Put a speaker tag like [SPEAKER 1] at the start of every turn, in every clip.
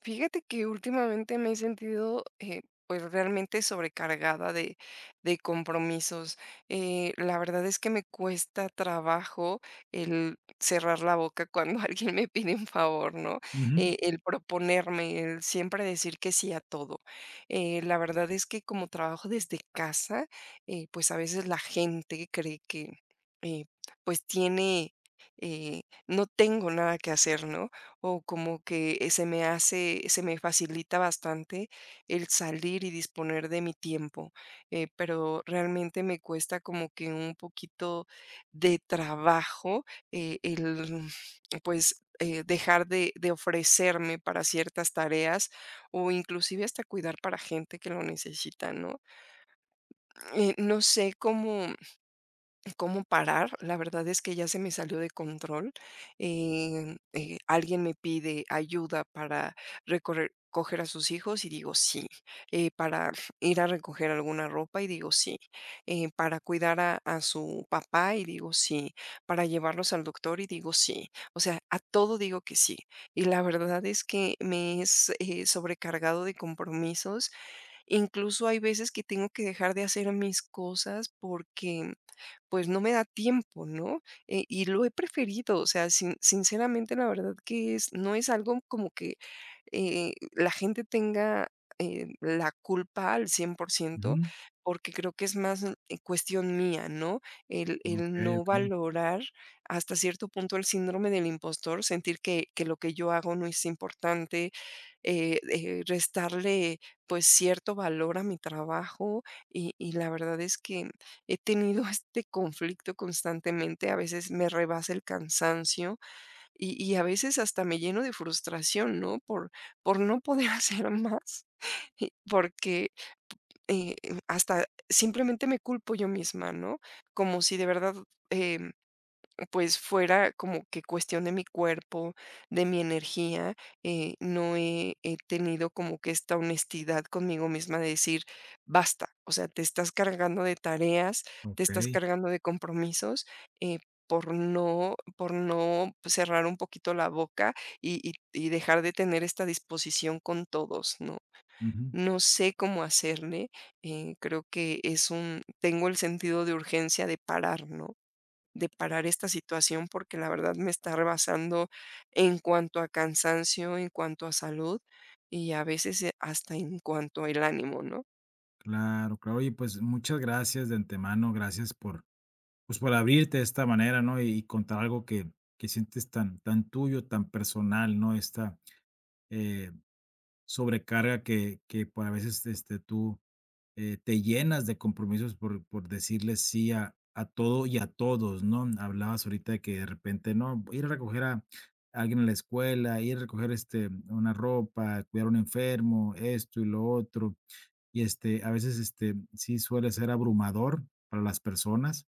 [SPEAKER 1] Fíjate que últimamente me he sentido, pues realmente sobrecargada de compromisos. La verdad es que me cuesta trabajo el cerrar la boca cuando alguien me pide un favor, ¿no?
[SPEAKER 2] Ujú,
[SPEAKER 1] El proponerme, el siempre decir que sí a todo. La verdad es que como trabajo desde casa, pues a veces la gente cree que eh, pues tiene... eh, no tengo nada que hacer, ¿no? O como que, se me facilita bastante el salir y disponer de mi tiempo, pero realmente me cuesta como que un poquito de trabajo, eh, el, dejar de ofrecerme para ciertas tareas, o inclusive hasta cuidar para gente que lo necesita, ¿no? No sé cómo parar. La verdad es que ya se me salió de control. Alguien me pide ayuda para recorrer recoger a sus hijos y digo sí, para ir a recoger alguna ropa y digo sí, para cuidar a su papá y digo sí, para llevarlos al doctor y digo sí, o sea, a todo digo que sí. Y la verdad es que me es sobrecargado de compromisos, incluso hay veces que tengo que dejar de hacer mis cosas porque pues no me da tiempo, ¿no? Y lo he preferido, o sea, sinceramente la verdad que es, no es algo como que la gente tenga la culpa al 100%,
[SPEAKER 2] ujú.
[SPEAKER 1] porque creo que es más cuestión mía, ¿no? El
[SPEAKER 2] Okey,
[SPEAKER 1] no
[SPEAKER 2] okey,
[SPEAKER 1] valorar hasta cierto punto el síndrome del impostor, sentir que lo que yo hago no es importante, restarle pues cierto valor a mi trabajo y la verdad es que he tenido este conflicto constantemente, a veces me rebasa el cansancio y a veces hasta me lleno de frustración, ¿no? Por no poder hacer más, y porque eh, hasta simplemente me culpo yo misma, ¿no? Como si de verdad em, pues, fuera como que cuestión de mi cuerpo, de mi energía, no he tenido como que esta honestidad conmigo misma de decir: "Basta, o sea, te estás cargando de tareas, te estás
[SPEAKER 2] okey.
[SPEAKER 1] cargando de compromisos, eh, por no cerrar un poquito la boca y dejar de tener esta disposición con todos", ¿no?
[SPEAKER 2] Ujú.
[SPEAKER 1] No sé cómo hacerle, creo que es un tengo el sentido de urgencia de parar, ¿no? De parar esta situación porque la verdad me está rebasando en cuanto a cansancio, en cuanto a salud y a veces hasta en cuanto al ánimo, ¿no?
[SPEAKER 2] Claro, claro. Oye, pues, muchas gracias de antemano. Gracias pues, por abrirte de esta manera, ¿no? Y contar algo que sientes tan tuyo, tan personal, ¿no? Esta, eh sobrecarga que por a veces, este, tú, te llenas de compromisos por decirle sí a todo y a todos, ¿no? Hablabas ahorita de que de repente, no, voy a ir a recoger a alguien a la escuela, ir a recoger, este, una ropa, cuidar a un enfermo, esto y lo otro. Y, este, a veces, este, sí suele ser abrumador para las personas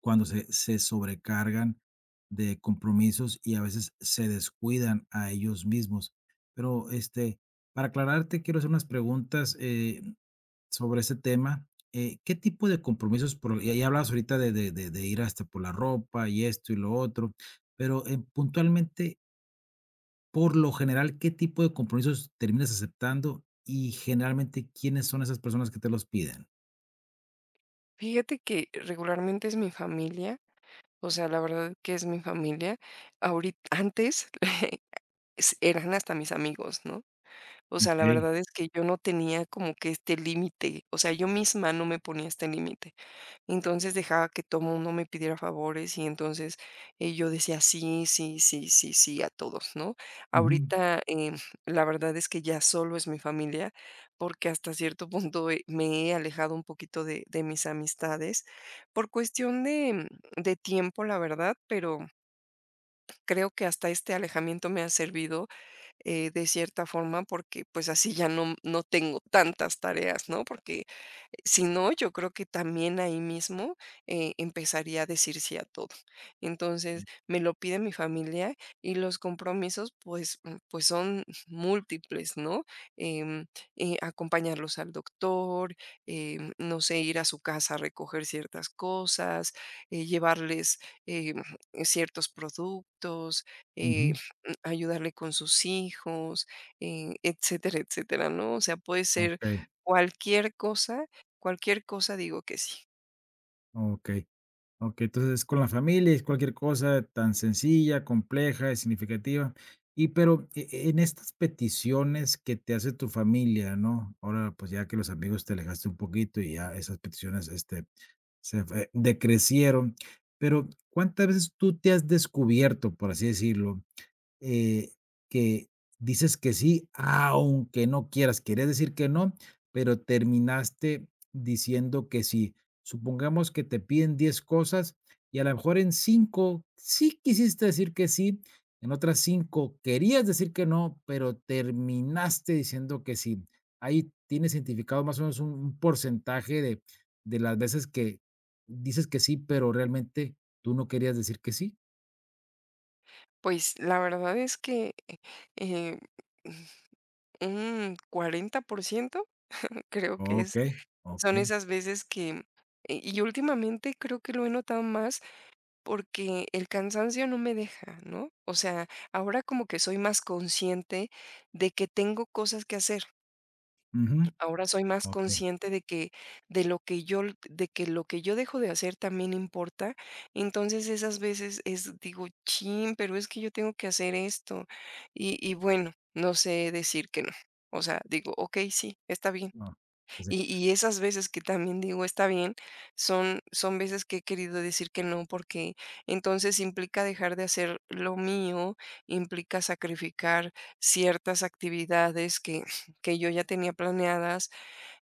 [SPEAKER 2] cuando se sobrecargan de compromisos y a veces se descuidan a ellos mismos. Pero, este, para aclararte, quiero hacer unas preguntas, sobre ese tema. ¿Qué tipo de compromisos? Por ya ya hablabas ahorita de ir hasta por la ropa y esto y lo otro, pero, puntualmente, por lo general, ¿qué tipo de compromisos terminas aceptando? Y generalmente, ¿quiénes son esas personas que te los piden?
[SPEAKER 1] Fíjate que regularmente es mi familia, o sea, la verdad que es mi familia. Ahorita, antes eran hasta mis amigos, ¿no? O sea, la
[SPEAKER 2] Okey.
[SPEAKER 1] verdad es que yo no tenía como que este límite, o sea, yo misma no me ponía este límite. Entonces dejaba que todo mundo me pidiera favores y entonces, yo decía sí, sí, sí, sí, sí a todos, ¿no?
[SPEAKER 2] Ujú,
[SPEAKER 1] Ahorita, la verdad es que ya solo es mi familia, porque hasta cierto punto, me he alejado un poquito de mis amistades por cuestión de tiempo, la verdad, pero creo que hasta este alejamiento me ha servido, de cierta forma, porque, pues, así ya no tengo tantas tareas, ¿no? Porque si no, yo creo que también ahí mismo, empezaría a decir sí a todo. Entonces, me lo pide mi familia y los compromisos, pues pues son múltiples, ¿no? Em, Acompañarlos al doctor, no sé, ir a su casa a recoger ciertas cosas, llevarles, em, ciertos productos, eh,
[SPEAKER 2] ujú.
[SPEAKER 1] ayudarle con sus hijos, etcétera, etcétera, ¿no? O sea, puede ser
[SPEAKER 2] Okey,
[SPEAKER 1] cualquier cosa. Cualquier cosa digo que sí.
[SPEAKER 2] okey. Okey, entonces es con la familia, es cualquier cosa tan sencilla, compleja y significativa. Y pero e e- en estas peticiones que te hace tu familia, ¿no? Ahora, pues, ya que los amigos te alejaste un poquito y ya esas peticiones, este, se fue decrecieron, pero, ¿cuántas veces tú te has descubierto, por así decirlo, eh, que dices que sí, aunque no quieras? Querías decir que no, pero terminaste diciendo que sí. Supongamos que te piden 10 cosas y a lo mejor en 5 sí quisiste decir que sí, en otras 5 querías decir que no, pero terminaste diciendo que sí. Ahí tienes identificado más o menos un porcentaje de las veces que dices que sí, pero realmente tú no querías decir que sí.
[SPEAKER 1] Pues, la verdad es que, eh, un 40% creo que
[SPEAKER 2] Ok,
[SPEAKER 1] es
[SPEAKER 2] ok.
[SPEAKER 1] son esas veces que y últimamente creo que lo he notado más porque el cansancio no me deja, ¿no? O sea, ahora como que soy más consciente de que tengo cosas que hacer.
[SPEAKER 2] Ujú.
[SPEAKER 1] Ahora soy más
[SPEAKER 2] Okay.
[SPEAKER 1] consciente de que de lo que yo l de que lo que yo dejo de hacer también importa. Entonces, esas veces es digo: "Chin, pero es que yo tengo que hacer esto". Y bueno, no sé decir que no. O sea, digo: ok sí, está bien".
[SPEAKER 2] Ah, pues sí.
[SPEAKER 1] Y esas veces que también digo: "Está bien", son veces que he querido decir que no, porque entonces implica dejar de hacer lo mío, implica sacrificar ciertas actividades que yo ya tenía planeadas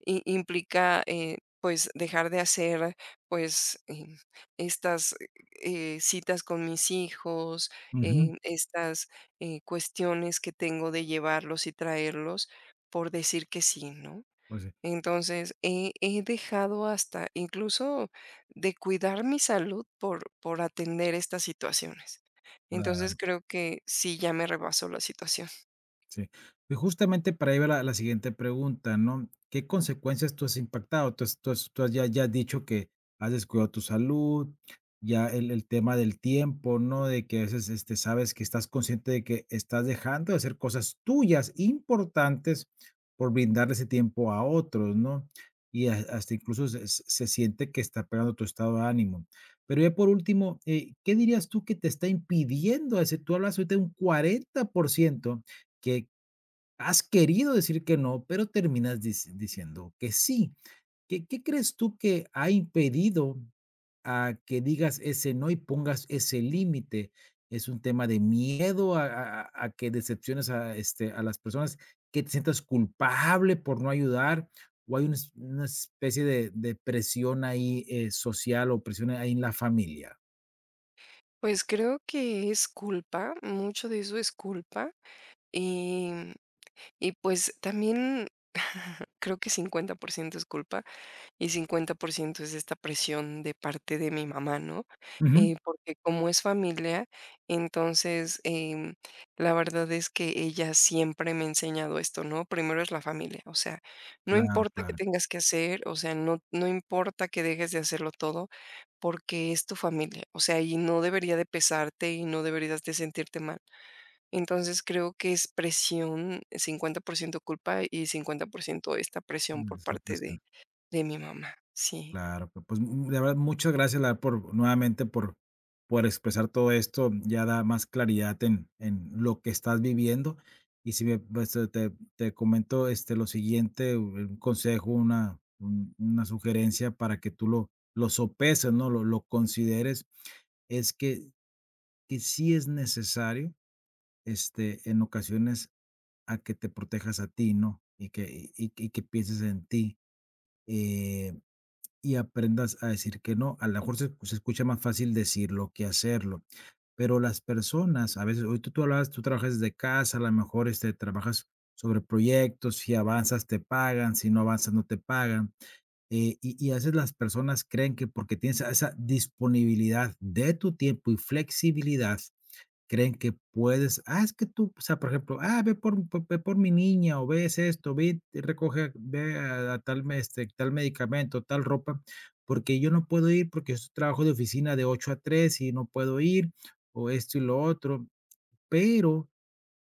[SPEAKER 1] i implica, pues, dejar de hacer, pues, estas, citas con mis hijos,
[SPEAKER 2] Ujú,
[SPEAKER 1] estas, cuestiones que tengo de llevarlos y traerlos por decir que sí, ¿no?
[SPEAKER 2] pues sí,
[SPEAKER 1] Entonces, he dejado hasta incluso de cuidar mi salud por atender estas situaciones. Entonces,
[SPEAKER 2] la
[SPEAKER 1] creo que sí, ya me rebasó la situación.
[SPEAKER 2] sí. Y justamente para ahí va la la siguiente pregunta, ¿no? ¿Qué consecuencias tú has impactado? Tú has ya has dicho que has descuidado tu salud, ya el tema del tiempo, ¿no? De que a veces, este, sabes que estás consciente de que estás dejando de hacer cosas tuyas importantes por brindarle ese tiempo a otros, ¿no? Y has hasta incluso se siente que está pegando tu estado de ánimo. Pero ya por último, ¿qué dirías tú que te está impidiendo? Ese tú hablas ahorita de un 40% que has querido decir que no, pero terminas diciendo que sí. ¿Qué qué crees tú que ha impedido a que digas ese no y pongas ese límite? ¿Es un tema de miedo a que decepciones a, este, a las personas, que te sientas culpable por no ayudar, o hay una es una especie de presión ahí, social o presión ahí en la familia?
[SPEAKER 1] Pues, creo que es culpa, mucho de eso es culpa, Y pues, también creo que 50% es culpa y 50% es esta presión de parte de mi mamá, ¿no?
[SPEAKER 2] Ujú.
[SPEAKER 1] Porque como es familia, entonces, la verdad es que ella siempre me ha enseñado esto, ¿no? Primero es la familia, o sea, no
[SPEAKER 2] Claro,
[SPEAKER 1] importa que
[SPEAKER 2] claro.
[SPEAKER 1] tengas que hacer, o sea, no importa que dejes de hacerlo todo, porque es tu familia, o sea, y no debería de pesarte y no deberías de sentirte mal. Entonces creo que es presión, 50% culpa y 50% esta presión
[SPEAKER 2] Mm,
[SPEAKER 1] por
[SPEAKER 2] esa
[SPEAKER 1] parte de
[SPEAKER 2] presión.
[SPEAKER 1] de mi mamá, sí.
[SPEAKER 2] Claro, pu pues, mm, de verdad, muchas gracias, la verdad, por nuevamente por expresar todo esto, ya da más claridad en lo que estás viviendo. Y si me pues, te comento, este, lo siguiente, un consejo, una sugerencia para que tú lo sopeses, ¿no? Lo consideres, es que sí es necesario, este, en ocasiones, a que te protejas a ti, ¿no? Y que y que pienses en ti. Eh, y aprendas a decir que no. A lo mejor se escucha más fácil decirlo que hacerlo, pero las personas, a veces, hoy tú hablabas, tú trabajas desde casa, a lo mejor este, trabajas sobre proyectos, si avanzas te pagan, si no avanzas no te pagan, y a veces las personas creen que porque tienes esa disponibilidad de tu tiempo y flexibilidad, creen que puedes ah, es que tú, o sea, por ejemplo, ah, ve por po ve por mi niña, o ves esto, ve y recoge, ve a tal tal medicamento, tal ropa, porque yo no puedo ir, porque es trabajo de oficina de 8 a 3 y no puedo ir, o esto y lo otro, pero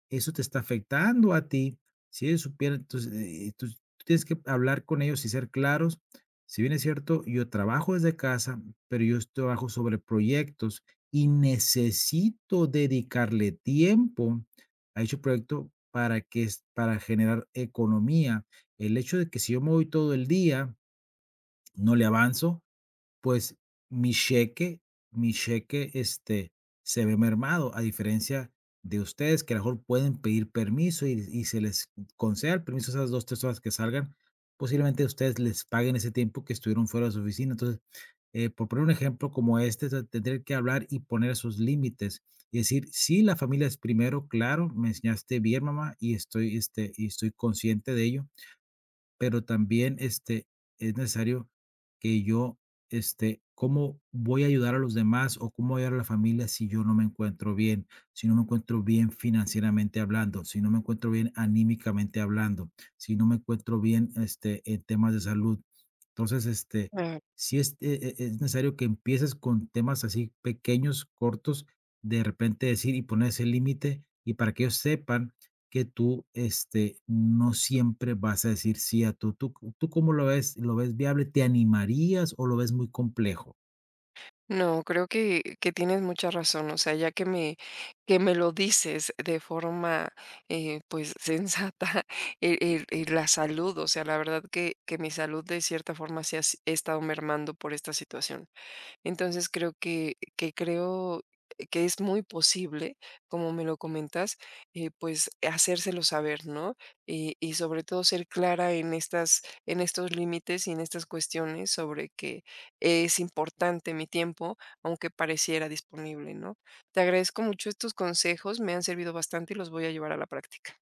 [SPEAKER 2] eso te está afectando a ti. Si ellos supieran, entonces, tú tienes que hablar con ellos y ser claros. Si bien es cierto, yo trabajo desde casa, pero yo trabajo sobre proyectos y necesito dedicarle tiempo a dicho proyecto para que es para generar economía. El hecho de que si yo me voy todo el día, no le avanzo, pues, mi cheque mi cheque, se ve mermado, a diferencia de ustedes, que a lo mejor pueden pedir permiso y se les conceda el permiso esas 2 3 horas que salgan, posiblemente ustedes les paguen ese tiempo que estuvieron fuera de su oficina. Entonces, por poner un ejemplo como este, se tendría que hablar y poner esos límites y decir: "Sí, la familia es primero, claro, me enseñaste bien, mamá, y estoy, este, y estoy consciente de ello, pero también, este, es necesario que yo, este, ¿cómo voy a ayudar a los demás o cómo voy a ayudar a la familia si yo no me encuentro bien? Si no me encuentro bien financieramente hablando, si no me encuentro bien anímicamente hablando, si no me encuentro bien, este, en temas de salud. Entonces, este,
[SPEAKER 1] Claro.
[SPEAKER 2] sí es, es necesario que empieces con temas así pequeños, cortos, de repente decir y poner ese límite, y para que ellos sepan que tú, este, no siempre vas a decir sí a tú. ¿Tú tú cómo lo ves? ¿Lo ves viable? ¿Te animarías o lo ves muy complejo?
[SPEAKER 1] No, creo que tienes mucha razón, o sea, que me lo dices de forma, pues, sensata, el la salud, o sea, la verdad que mi salud de cierta forma se ha s he estado mermando por esta situación. Entonces creo que es muy posible, como me lo comentas, pues, hacérselo saber, ¿no? Y sobre todo ser clara en estos límites y en estas cuestiones sobre que es importante mi tiempo, aunque pareciera disponible, ¿no? Te agradezco mucho estos consejos, me han servido bastante y los voy a llevar a la práctica.